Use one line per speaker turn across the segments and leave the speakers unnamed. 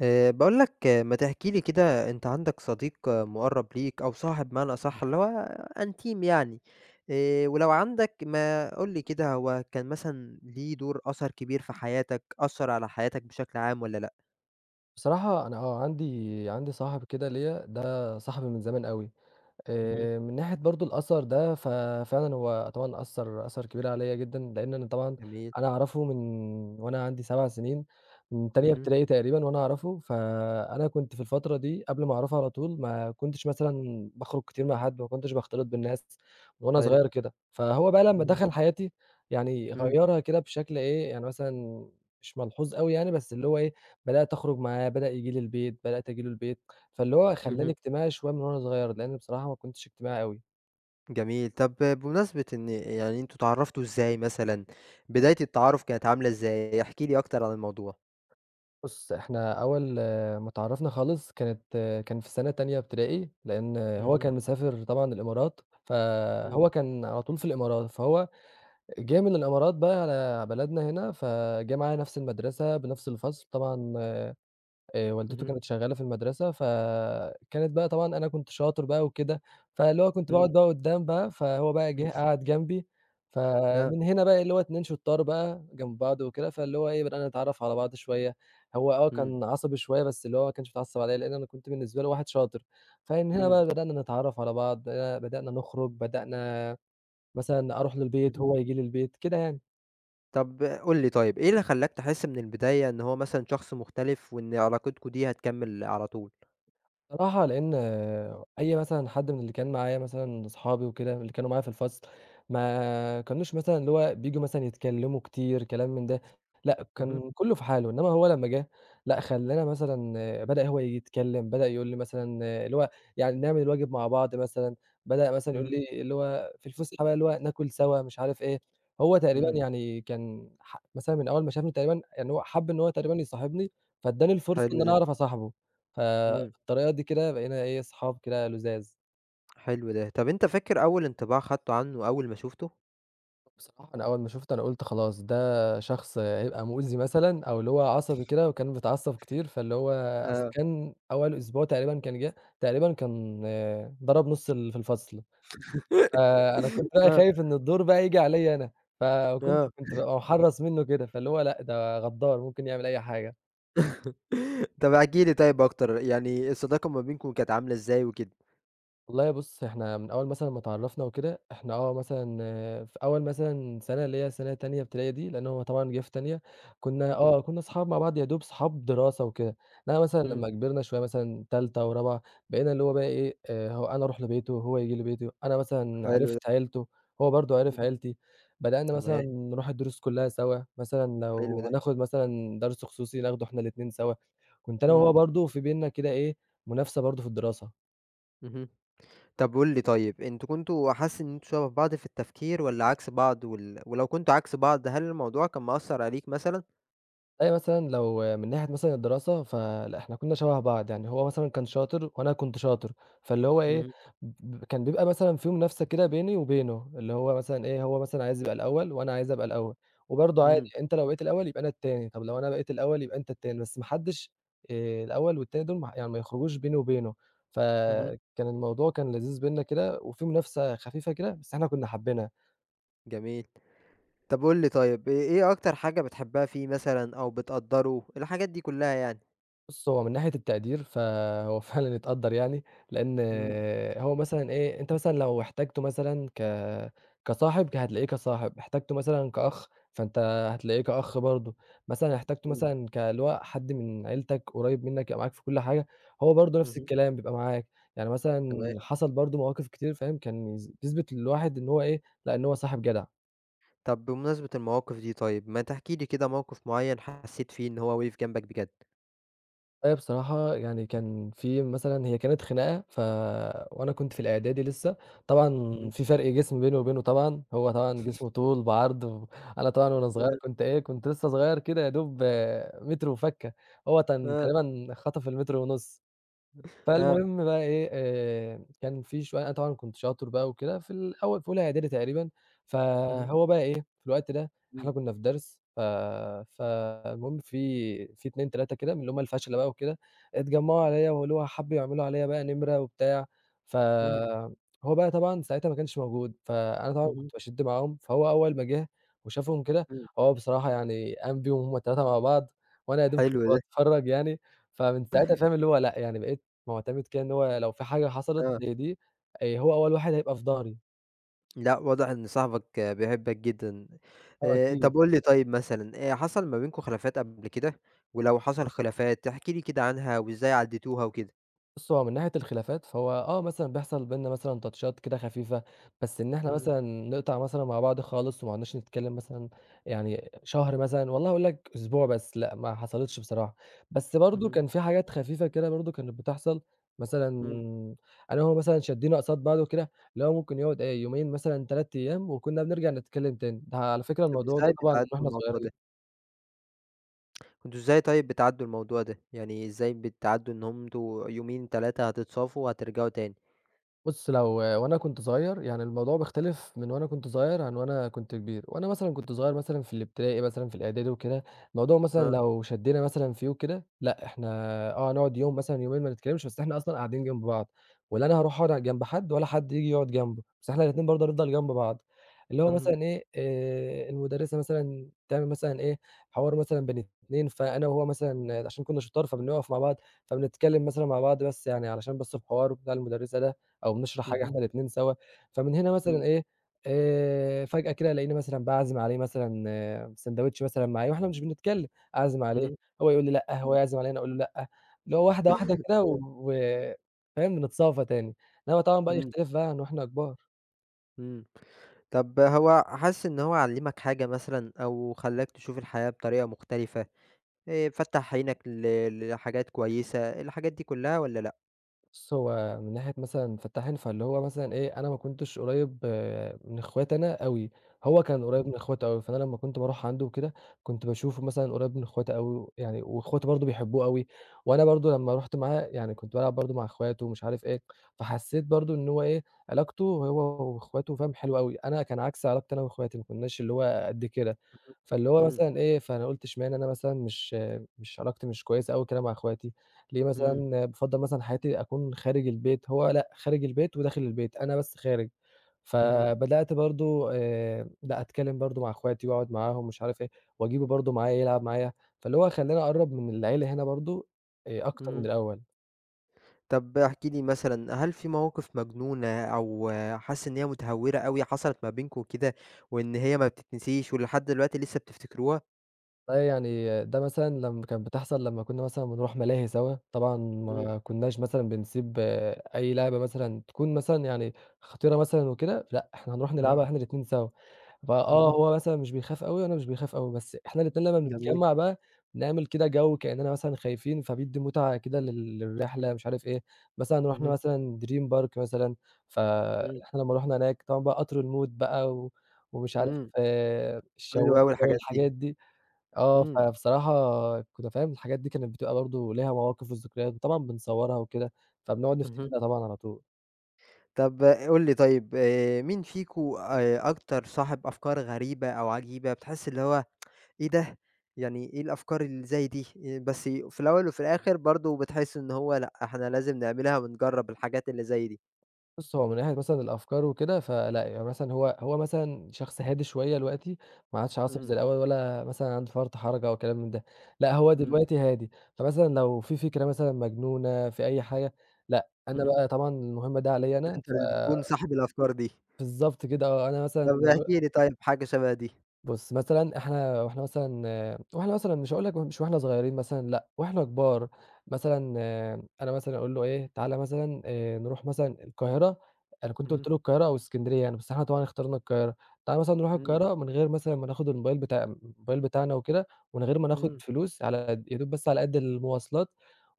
باقول لك ما تحكي لي كده أنت عندك صديق مُقرّب ليك أو صاحب بمعنى أصح اللي هو أنتيم يعني، ولو عندك ما قُل لي كده هو كان مثلًا ليه دور أثَر كبير في حياتك، أثّر على حياتك بشكل عام والّا لأ؟
بصراحة أنا عندي صاحب كده ليّا، ده صاحبي من زمان أوي.
اهم،
من ناحية برضه الأثر ده، ففعلًا هو طبعًا أثّر كبير عليَّ جدًا، لإن أنا طبعًا
جميل،
أنا أعرفه من وأنا عندي 7 سنين، من تانية
اهم،
ابتدائي تقريبًا وأنا أعرفه. فأنا كنت في الفترة دي قبل ما أعرفه على طول ما كنتش مثلًا باخرج كتير مع حد، ما كنتش باختلط بالناس من وأنا
حلو،
صغير كده. فهو بقى لمّا
اهم،
دخل حياتي يعني
إمم،
غيّرها كده بشكل إيه، يعني مثلًا مش ملحوظ أوي يعني، بس اللي هو إيه، بدأت أخرج معاه، بدأ ييجي لي البيت، بدأت آجي له البيت. فاللي هو
اهم،
خلّاني اجتماعي شوية من وأنا صغير، لإن بصراحة ما كنتش اجتماعي أوي.
جميل. طَب بمناسبة إن يعني أنتم اتعرّفتوا إزاي مثلًا، بداية التعارُف كانت عاملة إزاي؟ احكِ لي أكتر عن الموضوع.
بُص، إحنا أول ما اتعرّفنا خالص كانت كان في سَنة تانية ابتدائي، لإن هو
اهم،
كان مسافر طبعًا الإمارات،
إمم،
فهو كان على طول في الإمارات، فهو جه من الإمارات بقى على بلدنا هنا، فجه معايا نَفْس المدرسة بنَفْس الفصل. طبعًا والدته
اهم،
كانت شغّالة في المدرسة، فكانت بقى طبعًا أنا كنت شاطر بقى وكده، فاللي هو كنت
إمم،
باقعد بقى قدّام بقى، فهو بقى
إمم،
جِه قعد جنبي.
آه،
فمن هنا بقى اللي هو اتنين شطّار بقى جنب بعض وكده، فاللي هو إيه، بدأنا نتعرّف على بعض شوية. هو
إمم،
كان عصبي شوية، بس اللي هو ما كانش بيتعصب عليّا، لإن أنا كنت بالنسبة له واحد شاطر. فمن هنا
إمم.
بقى بدأنا نتعرّف على بعض، بدأنا نخرج، بدأنا مثلًا أروح له البيت،
اهم.
هو ييجي لي البيت، كده يعني.
طب قُل لي طيب، إيه اللي خلّاك تحس من البداية إن هو مثلًا شخص مختلف وإن علاقتكم دي هتكمّل على طول؟
بصراحة لإن أي مثلًا حد من اللي كان معايا مثلًا أصحابي وكده، اللي كانوا معايا في الفصل، ما كانوش مثلًا اللي هو بييجوا مثلًا يتكلموا كتير كلام من ده، لأ
اهم،
كان كله في حاله، إنما هو لمّا جه لأ خلّانا مثلًا بدأ هو يتكلم، بدأ يقول لي مثلًا اللي هو يعني نعمل الواجب مع بعض مثلًا، بدأ مثلًا يقول
اهم،
لي اللي هو في الفسحة بقى اللي هو ناكل سوا مش عارف إيه. هو تقريبًا
إمم،
يعني كان مثلًا من أول ما شافني تقريبًا يعني هو حَب إن هو تقريبًا يصاحبني، فادّاني الفرصة
حلو
إن
ده،
أنا أعرف أصاحبه. ف
إمم،
الطريقة دي كده بقينا إيه، صحاب كده لُذاذ.
حلو ده. طب أنت فاكر أول انطباع خدته عنه أول ما شُفته؟
بصراحة أنا أول ما شُفته أنا قُلت خلاص ده شخص هيبقى مؤذي مثلًا أو اللي هو عصبي كده وكان بيتعصب كتير، فاللي هو أصل
آه،
كان أول أسبوع تقريبًا كان جِه، تقريبًا كان ضرب نُص اللي في الفصل. فأنا كنت بقى
آه،
خايف إن الدور بقى ييجي عليَّ أنا، فكنت
آه.
كنت بابقى محرّص منّه كده، فاللي هو لأ، ده غدّار ممكن يعمل أي حاجة.
طب احكِ لي طيب أكتر، يعني الصداقة ما بينكم كانت عاملة إزاي وكده؟
والله بُص، إحنا من أول مثلًا ما اتعرّفنا وكده، إحنا مثلًا في أول مثلًا سَنة اللي هي سَنة تانية ابتدائي دي، لإن هو طبعًا جِه في تانية، كُنّا
اهم،
كُنّا أصحاب مع بعض يا دوب صحاب دراسة وكده، إنّما مثلًا
إمم،
لمّا كبرنا شوية مثلًا تالتة ورابعة، بقينا اللي هو بقى إيه، هو أنا أروح لبيته وهو ييجي لي بيته، أنا مثلًا
حلو ده،
عرفت عيلته، هو برضه عرف
إمم،
عيلتي، بدأنا مثلًا
تمام،
نروح الدروس كُلّها سوا، مثلًا
حلو
لو
ده،
هناخُد مثلًا درس خصوصي ناخده إحنا الاتنين سوا. كنت أنا وهو
إمم،
برضه في بيننا كده إيه، منافسة برضه في الدراسة.
اهم. طب قُل لي طيب، أنتم كنتم حاسس إن أنتم شبه بعض في التفكير والّا عكس بعض ولو كنتم عكس بعض هل الموضوع كان مأثّر عليك مثلًا؟
أيوه مثلًا لو من ناحية مثلًا الدراسة، فلأ إحنا كنا شبه بعض، يعني هو مثلًا كان شاطر وأنا كنت شاطر، فاللي هو إيه
اهم.
كان بيبقى مثلًا في منافسة كده بيني وبينه، اللي هو مثلًا إيه، هو مثلًا عايز يبقى الأول وأنا عايز أبقى الأول، وبرضه عادي
إمم،
أنت لو بقيت الأول يبقى أنا التاني، طب لو أنا بقيت الأول يبقى أنت التاني، بس ما حدش الأول والتاني دول ما يعني ما يخرجوش بيني وبينه،
اهم،
فكان الموضوع كان لذيذ بيننا كده، وفي منافسة خفيفة كده، بس إحنا كنا حابينها.
جميل. طب قُل لي طيب، إيه أكتر حاجة بتحبها فيه مثلًا أو بتقدّره، الحاجات دي كلّها يعني؟
بُص، هو من ناحية التقدير فهو فعلًا يتقدّر يعني، لإن
إمم،
هو مثلًا إيه، أنت مثلًا لو احتاجته مثلًا كصاحب هتلاقيه كصاحب، احتاجته مثلًا
إمم،
كأخ فأنت هتلاقيه كأخ برضه، مثلًا احتاجته
إمم،
مثلًا ك اللي هو حد من عيلتك قريب منك يبقى معاك في كل حاجة، هو برضه نفس
اهم،
الكلام بيبقى معاك، يعني مثلًا
تمام.
حصل برضه مواقف كتير فاهم، كان بتثبت للواحد إن هو إيه، لأ إن هو صاحب جدع.
طب بمناسبة المواقف دي طيب، ما تحكِ لي كده موقف معيّن حسّيت فيه إن هو وقف جنبك بجد؟
هي بصراحة يعني كان في مثلًا هي كانت خناقة وأنا كنت في الإعدادي لسه، طبعًا
اهم،
في فرق جسم بيني وبينه طبعًا، هو طبعًا جسمه طول بعرض، و... أنا طبعًا وأنا صغير
آه،
كنت إيه، كنت لسه صغير كده يا دوب متر وفَكّة، هو كان
آه،
تقريبًا خطف المتر ونُص.
آه،
فالمهم بقى إيه، كان في شوية أنا طبعًا كنت شاطر بقى وكده في الأول في أولى إعدادي تقريبًا،
اهم،
فهو بقى إيه، في الوقت ده
إمم،
إحنا كنا في درس فالمهم في 2، 3 كده من اللي هم الفَشلة بقى وكده، اتجمّعوا عليّا واللي هو حبّوا يعملوا عليّا بقى نمرة وبتاع،
إمم،
فهو بقى طبعًا ساعتها ما كانش موجود، فأنا طبعًا
اهم،
كنت باشِد معاهم، فهو أول ما جه وشافهم كده،
إمم،
هو بصراحة يعني قام بيهم هم ال3 مع بعض وأنا يا دوب
حلو
كنت
ده،
باتفرّج يعني، فمن ساعتها فاهم اللي هو لأ، يعني بقيت معتمد كده إن هو لو في حاجة حصلت
آه.
زي دي، هو أول واحد هيبقى في ضهري،
لأ، واضح إن صاحبك بيحبك جدًا.
آه
طب
أكيد.
قُل لي طيب مثلًا حصل ما بينكم خلافات قبل كده؟ ولو حصل خلافات احكِ لي كده عنها وإزاي عدّيتوها وكده؟
بُص هو من ناحية الخلافات فهو مثلًا بيحصل بيننا مثلًا تاتشات كده خفيفة، بس إن إحنا
اهم،
مثلًا نقطع مثلًا مع بعض خالص وما عدناش نتكلم مثلًا يعني شهر مثلًا، والله هاقول لك أسبوع بس، لأ ما حصلتش بصراحة. بس برضه
اهم،
كان في حاجات خفيفة كده برضه كانت بتحصل، مثلًا
إمم.
أنا وهو مثلًا شدّينا قصاد بعض وكده، اللي هو ممكن يقعد إيه يومين مثلًا 3 أيام وكنا بنرجع نتكلم تاني، ده على فكرة
طب
الموضوع
إزاي
ده طبعًا من
بتعدّوا
وإحنا
الموضوع ده؟
صغيرين.
كنتم إزاي طيب بتعدّوا الموضوع ده؟ يعني إزاي بتعدّوا إن هم أنتم يومين 3 هتتصافوا وهترجعوا تاني؟
بُص، لو وأنا كنت صغير، يعني الموضوع بيختلف من وأنا كنت صغير عن وأنا كنت كبير. وأنا مثلًا كنت صغير مثلًا في الابتدائي مثلًا، في الإعدادي وكده، الموضوع مثلًا
آه،
لو شدّينا مثلًا فيه وكده، لأ إحنا هنقعد يوم مثلًا يومين ما نتكلمش، بس إحنا أصلًا قاعدين جنب بعض، ولا أنا هاروح أقعد جنب حد ولا حد ييجي يقعد جنبه، بس إحنا الاتنين برضه هنفضل جنب بعض. اللي هو
اهم،
مثلًا إيه، المُدرسة مثلًا تعمل مثلًا إيه، حوار مثلًا بين اتنين، فأنا وهو مثلًا عشان كنا شُطار فبنقف مع بعض، فبنتكلم مثلًا مع بعض بس يعني علشان بس الحوار بتاع المُدرسة ده. أو بنشرح حاجة
اهم،
إحنا الاتنين سوا، فمن هنا
إمم،
مثلًا إيه، فجأة كده ألاقيني مثلًا باعزم عليه مثلًا ساندوتش مثلًا معايا وإحنا مش بنتكلم، أعزم عليه،
اهم،
هو يقول لي لأ، هو يعزم عليّا أنا أقول له لأ، اللي هو واحدة واحدة كده
إمم.
و
آه،
و فاهم، بنتصافى تاني، إنما طبعًا بقى
إمم،
يختلف بقى إن إحنا كبار.
إمم. طب هو حاسس إن هو علّمك حاجة مثلًا أو خلّاك تشوف الحياة بطريقة مختلفة؟ فتّح عينك لحاجات كويسة، الحاجات دي كلّها والّا لأ؟
بُص، هو من ناحية مثلًا فتّحين، فاللي هو مثلًا إيه، أنا ما كنتش قريّب من إخواتي أنا أوي، هو كان قريّب
إمم،
من إخواته أوي، فأنا لمّا كنت باروح عنده وكده، كنت باشوفه مثلًا قريّب من إخواته أوي يعني وإخواته برضه بيحبوه أوي، وأنا برضه لمّا رُحت معاه يعني كنت بالعب برضه مع إخواته ومش عارف إيه، فحسّيت برضه إن هو إيه، علاقته هو وإخواته فاهم حلوة أوي، أنا كان عكس علاقتي أنا وإخواتي، ما كناش اللي هو قد كده، فاللي هو
اهم،
مثلًا إيه، فأنا قُلت اشمعنى أنا مثلًا مش علاقتي مش كويسة أوي كده مع إخواتي، ليه
إمم، إمم،
مثلًا بافضّل مثلًا حياتي أكون خارج البيت، هو لأ، خارج البيت وداخل البيت، أنا بس خارج.
اهم،
فبدأت برضه لأ أتكلّم برضه مع أخواتي وأقعد معاهم مش عارف إيه، وأجيبه برضه معايا يلعب معايا، فاللي هو خلّاني أقرّب من العيلة هنا برضه أكتر من
اهم.
الأول.
طب احكِ لي مثلًا، هل في مواقف مجنونة أو حاسس إن هي متهورة أوي حصلت ما بينكم كده، وإن هي ما بتتنسيش ولحد دلوقتي لسه بتفتكروها؟
والله يعني ده مثلًا لمّا كانت بتحصل لمّا كنا مثلًا بنروح ملاهي سوا، طبعًا
إمم،
ما كناش مثلًا بنسيب أي لعبة مثلًا تكون مثلًا يعني خطيرة مثلًا وكده، لأ إحنا هنروح
آه،
نلعبها إحنا الاتنين سوا، فآه
اهم،
هو مثلًا مش بيخاف أوي وأنا مش باخاف أوي، بس إحنا الاتنين لمّا
جميل،
بنتجمّع بقى بنعمل كده جو كإننا مثلًا خايفين، فبيدّي متعة كده للرحلة مش عارف إيه، مثلًا رُحنا
اهم،
مثلًا دريم بارك مثلًا،
إمم.
فإحنا لمّا رُحنا هناك طبعًا بقى قطر الموت بقى ومش عارف
إمم، حلو
الشواية
أوي الحاجات دي،
والحاجات دي.
إمم،
فبصراحة كنت فاهم الحاجات دي كانت بتبقى برضه ليها مواقف وذكريات، وطبعًا بنصوّرها وكده، فبنقعد
اهم.
نفتكرها طبعًا على طول.
طب قُل لي طيب، مين فيكم أكتر صاحب أفكار غريبة أو عجيبة بتحس اللي هو إيه ده! يعني إيه الأفكار اللي زي دي! بس في الأول وفي الآخر برضه بتحس إن هو لأ، إحنا لازم نعملها ونجرّب الحاجات اللي زي دي.
بُص، هو من ناحية مثلًا الأفكار وكده، فلأ، يعني مثلًا هو مثلًا شخص هادي شوية دلوقتي، ما عادش عصبي
إمم،
زي الأول ولا مثلًا عنده فرط حرجة أو كلام من ده، لأ، هو
إمم،
دلوقتي هادي، فمثلًا لو في فكرة مثلًا مجنونة في أي حاجة، لأ، أنا
اهم.
بقى طبعًا المهمة دي عليّا أنا،
أنت
ف
اللي بتكون صاحب الأفكار دي.
بالضبط كده آه، أنا مثلًا
طب احكِ لي طيب حاجة شبه دي.
بُص، مثلًا إحنا وإحنا مثلًا وإحنا مثلًا مش هاقول لك مش وإحنا صغيرين مثلًا لأ، وإحنا كبار، مثلًا أنا مثلًا أقول له إيه، تعالَ مثلًا نروح مثلًا القاهرة، أنا كنت
اهم،
قُلت له القاهرة أو إسكندرية يعني، بس إحنا طبعًا اخترنا القاهرة، تعالَ مثلًا نروح
إمم،
القاهرة من غير مثلًا ما ناخد الموبايل بتاعنا وكده، ومن غير ما ناخد
إمم،
فلوس على قد يا دوب بس على قد المواصلات،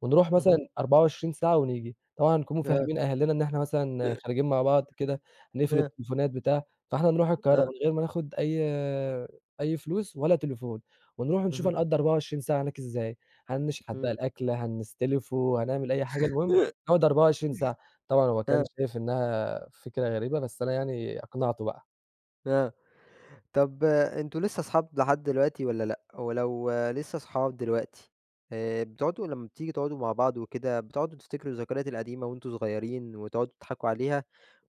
ونروح مثلًا
اهم،
24 ساعة ونيجي، طبعًا نكون
آه،
مفهمين أهلنا إن إحنا مثلًا خارجين مع بعض كده، هنقفل
آه،
التليفونات بتاع، فإحنا نروح القاهرة
آه،
من غير ما ناخد أي فلوس ولا تليفون، ونروح نشوف
اهم،
هنقضّي 24 ساعة هناك إزاي، هنشحت
إمم،
بقى الأكل، هنستلفه، هنعمل أي حاجة، المهم نقعد 24 ساعة، طبعًا هو كان
آه،
شايف إنها فكرة غريبة، بس أنا يعني أقنعته بقى.
آه. طب أنتم لسه أصحاب لحد دلوقتي والّا لأ؟ ولو آه، لسه أصحاب دلوقتي، بتقعدوا لمّا بتيجي تقعدوا مع بعض وكده، بتقعدوا تفتكروا الذكريات القديمة وأنتم صغيرين وتقعدوا تضحكوا عليها،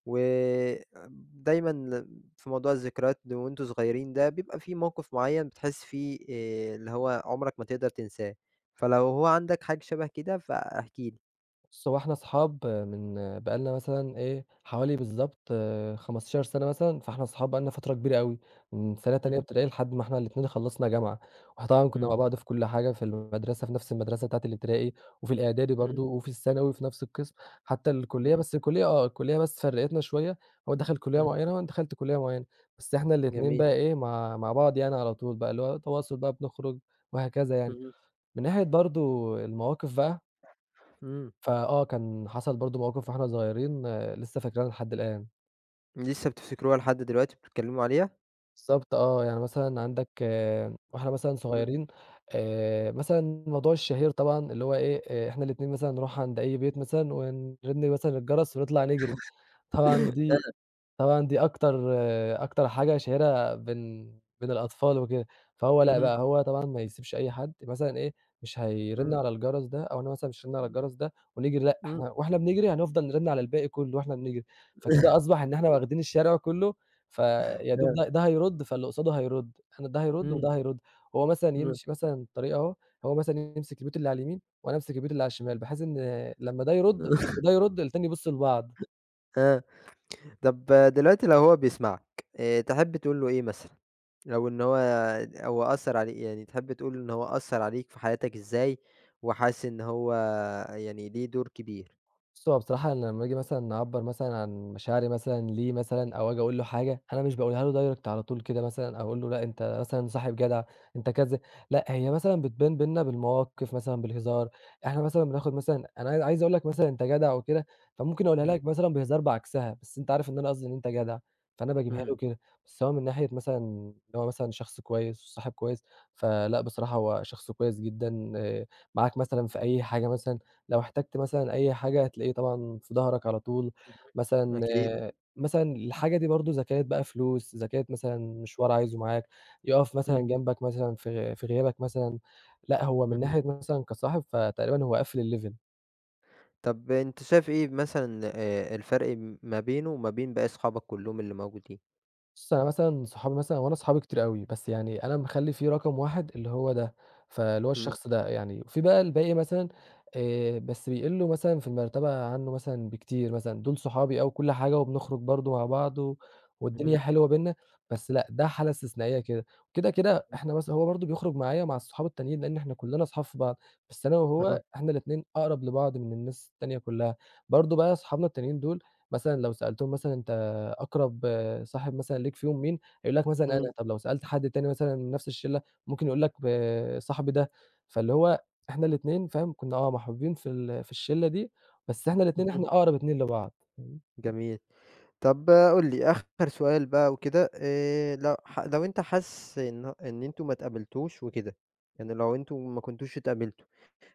ودايمًا في موضوع الذكريات وأنتم صغيرين ده بيبقى في موقف معيّن بتحس فيه اللي هو عمرك ما تقدر تنساه، فلو هو عندك حاجة شبه كده فاحكِ لي؟
بُص، هو إحنا أصحاب من بقى لنا مثلًا إيه، حوالي بالضبط 15 سَنة مثلًا، فإحنا أصحاب بقى لنا فترة كبيرة أوي، من سَنة تانية
اهم،
ابتدائي لحد ما إحنا الاتنين خلّصنا جامعة، وإحنا طبعًا كُنّا
إمم،
مع بعض في كل حاجة، في المدرسة في نفس المدرسة بتاعة الابتدائي، وفي الإعدادي
إمم،
برضه، وفي الثانوي في نفس القسم، حتى الكُلّية
إمم،
بس الكُلّية الكُلّية بس فرقتنا شوية، هو دخل كُلّية
اهم،
معيّنة وأنا دخلت كُلّية معيّنة، بس إحنا الاتنين
جميل.
بقى إيه، مع بعض يعني على طول بقى، اللي هو تواصل بقى بنخرج وهكذا يعني.
اهم.
من ناحية برضه المواقف بقى
إمم،
كان حصل برضه مواقف وإحنا صغيرين لسه فاكرينها لحد الآن.
لسه بتفتكروها لحد دلوقتي بتتكلموا عليها؟
بالضبط آه، يعني مثلًا عندك آه، وإحنا مثلًا صغيرين مثلًا الموضوع الشهير طبعًا اللي هو إيه، إحنا الاتنين مثلًا نروح عند أي بيت مثلًا ونرن مثلًا الجرس ونطلع نجري، طبعًا
اهم.
دي طبعًا دي أكتر حاجة شهيرة بين الأطفال وكده، فهو لأ
اهم،
بقى، هو طبعًا ما يسيبش أي حد، مثلًا إيه، مش هيرن
إمم،
على الجرس ده أو أنا مثلًا مش هارن على الجرس ده ونجري لأ،
إمم،
إحنا وإحنا بنجري هنفضل نرن على الباقي كُلّه وإحنا بنجري، فكده أصبح إن إحنا واخدين الشارع كُلّه، فيا دوب
آه،
ده هيرُد، فاللي قصاده هيرُد، أنا ده هيرُد
إمم،
وده هيرُد، هو مثلًا
إمم،
يمشي مثلًا الطريق أهو، هو مثلًا يمسك البيوت اللي على اليمين وأنا أمسك البيوت اللي على الشمال، بحيث إن لمّا ده يرُد وده يرُد التاني يبُص لبعض.
آه، طب دلوقتي لو هو بيسمعك، تحب تقول له إيه مثلًا؟ أو إن هو أثّر عليك يعني تحب تقول له إن هو أثّر عليك في حياتك إزاي، وحاسس إن هو يعني ليه دور كبير؟
بُصّي، هو بصراحة أنا لمّا آجي مثلًا أعبّر مثلًا عن مشاعري مثلًا ليه مثلًا أو آجي أقول له حاجة، أنا مش باقولها له direct على طول كده مثلًا أو أقول له لأ أنت مثلًا صاحب جدع، أنت كذا، لأ هي مثلًا بتبان بيننا بالمواقف مثلًا بالهزار، إحنا مثلًا بناخد مثلًا أنا عايز أقول لك مثلًا أنت جدع وكده، فممكن أقولها
اهم،
لك مثلًا بهزار بعكسها، بس أنت عارف إن أنا قصدي إن أنت جدع، فأنا باجيبها
إمم،
له كده، بس هو من ناحية مثلًا إن هو مثلًا شخص كويس وصاحب كويس، فلأ بصراحة هو شخص كويس جدًا، معاك مثلًا في أي حاجة مثلًا لو احتجت مثلًا أي حاجة هتلاقيه طبعًا في ضهرك على طول،
اهم،
مثلًا
أكيد،
مثلًا الحاجة دي برضه إذا كانت بقى فلوس، إذا كانت مثلًا مشوار عايزه معاك، يقف
إمم،
مثلًا جنبك مثلًا في غيابك مثلًا، لأ هو من
اهم،
ناحية مثلًا كصاحب فتقريبًا هو قافل الlevel.
طب أنت شايف إيه مثلًا الفرق ما بينه وما بين باقي أصحابك كلّهم اللي موجودين؟
بُص، أنا مثلًا صحابي مثلًا هو أنا صحابي كتير أوي، بس يعني أنا مخلّي فيه رقم واحد اللي هو ده، فاللي هو
إمم،
الشخص ده يعني، وفي بقى الباقي مثلًا بس بيقلّوا مثلًا في المرتبة عنّه مثلًا بكتير مثلًا، دول صحابي أوي وكل حاجة وبنخرج برضه مع بعض و
اهم،
والدنيا حلوة بيننا، بس لأ، ده حالة استثنائية كده، كده، إحنا مثلًا هو برضه بيخرج معايا ومع الصحاب التانيين لإن إحنا كلّنا أصحاب في بعض، بس أنا وهو
أها،
إحنا الاتنين أقرب لبعض من الناس التانية كلّها، برضه بقى صحابنا التانيين دول مثلًا لو سألتهم مثلًا أنت أقرب صاحب مثلًا ليك فيهم مين، هيقول لك مثلًا
إمم،
أنا، طب لو سألت حد تاني مثلًا من نفس الشلة ممكن يقول لك صاحبي ده، فاللي هو إحنا الاتنين فاهم، كنا محبوبين في الشلة دي، بس إحنا الاتنين
اهم،
إحنا أقرب اتنين لبعض.
جميل. طب قُل لي آخر سؤال بقى وكده، لو لو أنت حاسس إن أنتم ما اتقابلتوش وكده، يعني لو أنتم ما كنتوش اتقابلتوا،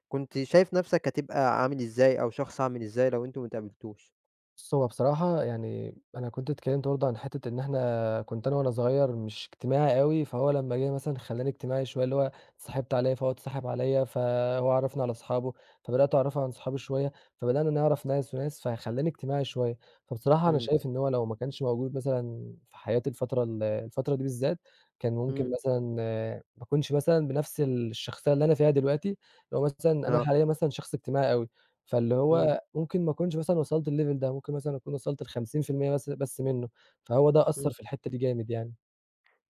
كنت شايف نَفْسك هتبقى عامل إزاي أو شخص عامل إزاي لو أنتم ما اتقابلتوش؟
بُص، هو بصراحة يعني أنا كنت اتكلّمت برضه عن حتّة إن كنت وأنا صغير مش اجتماعي أوي، فهو لمّا جِه مثلًا خلّاني اجتماعي شوية، اللي هو اتصاحبت عليه فهو اتصاحب عليّا، فهو عرّفني على أصحابه، فبدأت أعرّفه عن صحابي شوية، فبدأنا نعرف ناس وناس، فخلّاني اجتماعي شوية. فبصراحة أنا
إمم،
شايف إن هو لو ما كانش موجود مثلًا في حياتي الفترة دي بالذات، كان
إمم،
ممكن مثلًا ما أكونش مثلًا بنفس الشخصية اللي أنا فيها دلوقتي، اللي هو مثلًا أنا
آه،
حاليًا مثلًا شخص اجتماعي أوي، فاللي
إمم،
هو ممكن ما أكونش مثلًا وصلت للlevel ده، ممكن مثلًا أكون وصلت ل50% بس منّه، فهو ده
إمم،
أثّر في الحتّة دي جامد يعني.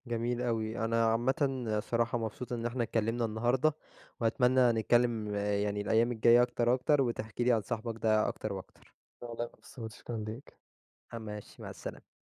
جميل أوي. أنا عامةً صراحة مبسوط إن إحنا اتكلمنا النهارده، وأتمنى نتكلم يعني الأيام الجاية أكتر وأكتر، وتحكي لي عن صاحبك ده أكتر وأكتر.
أنا والله ما قصّرتش، كان ليك.
آه ماشي، مع السلامة.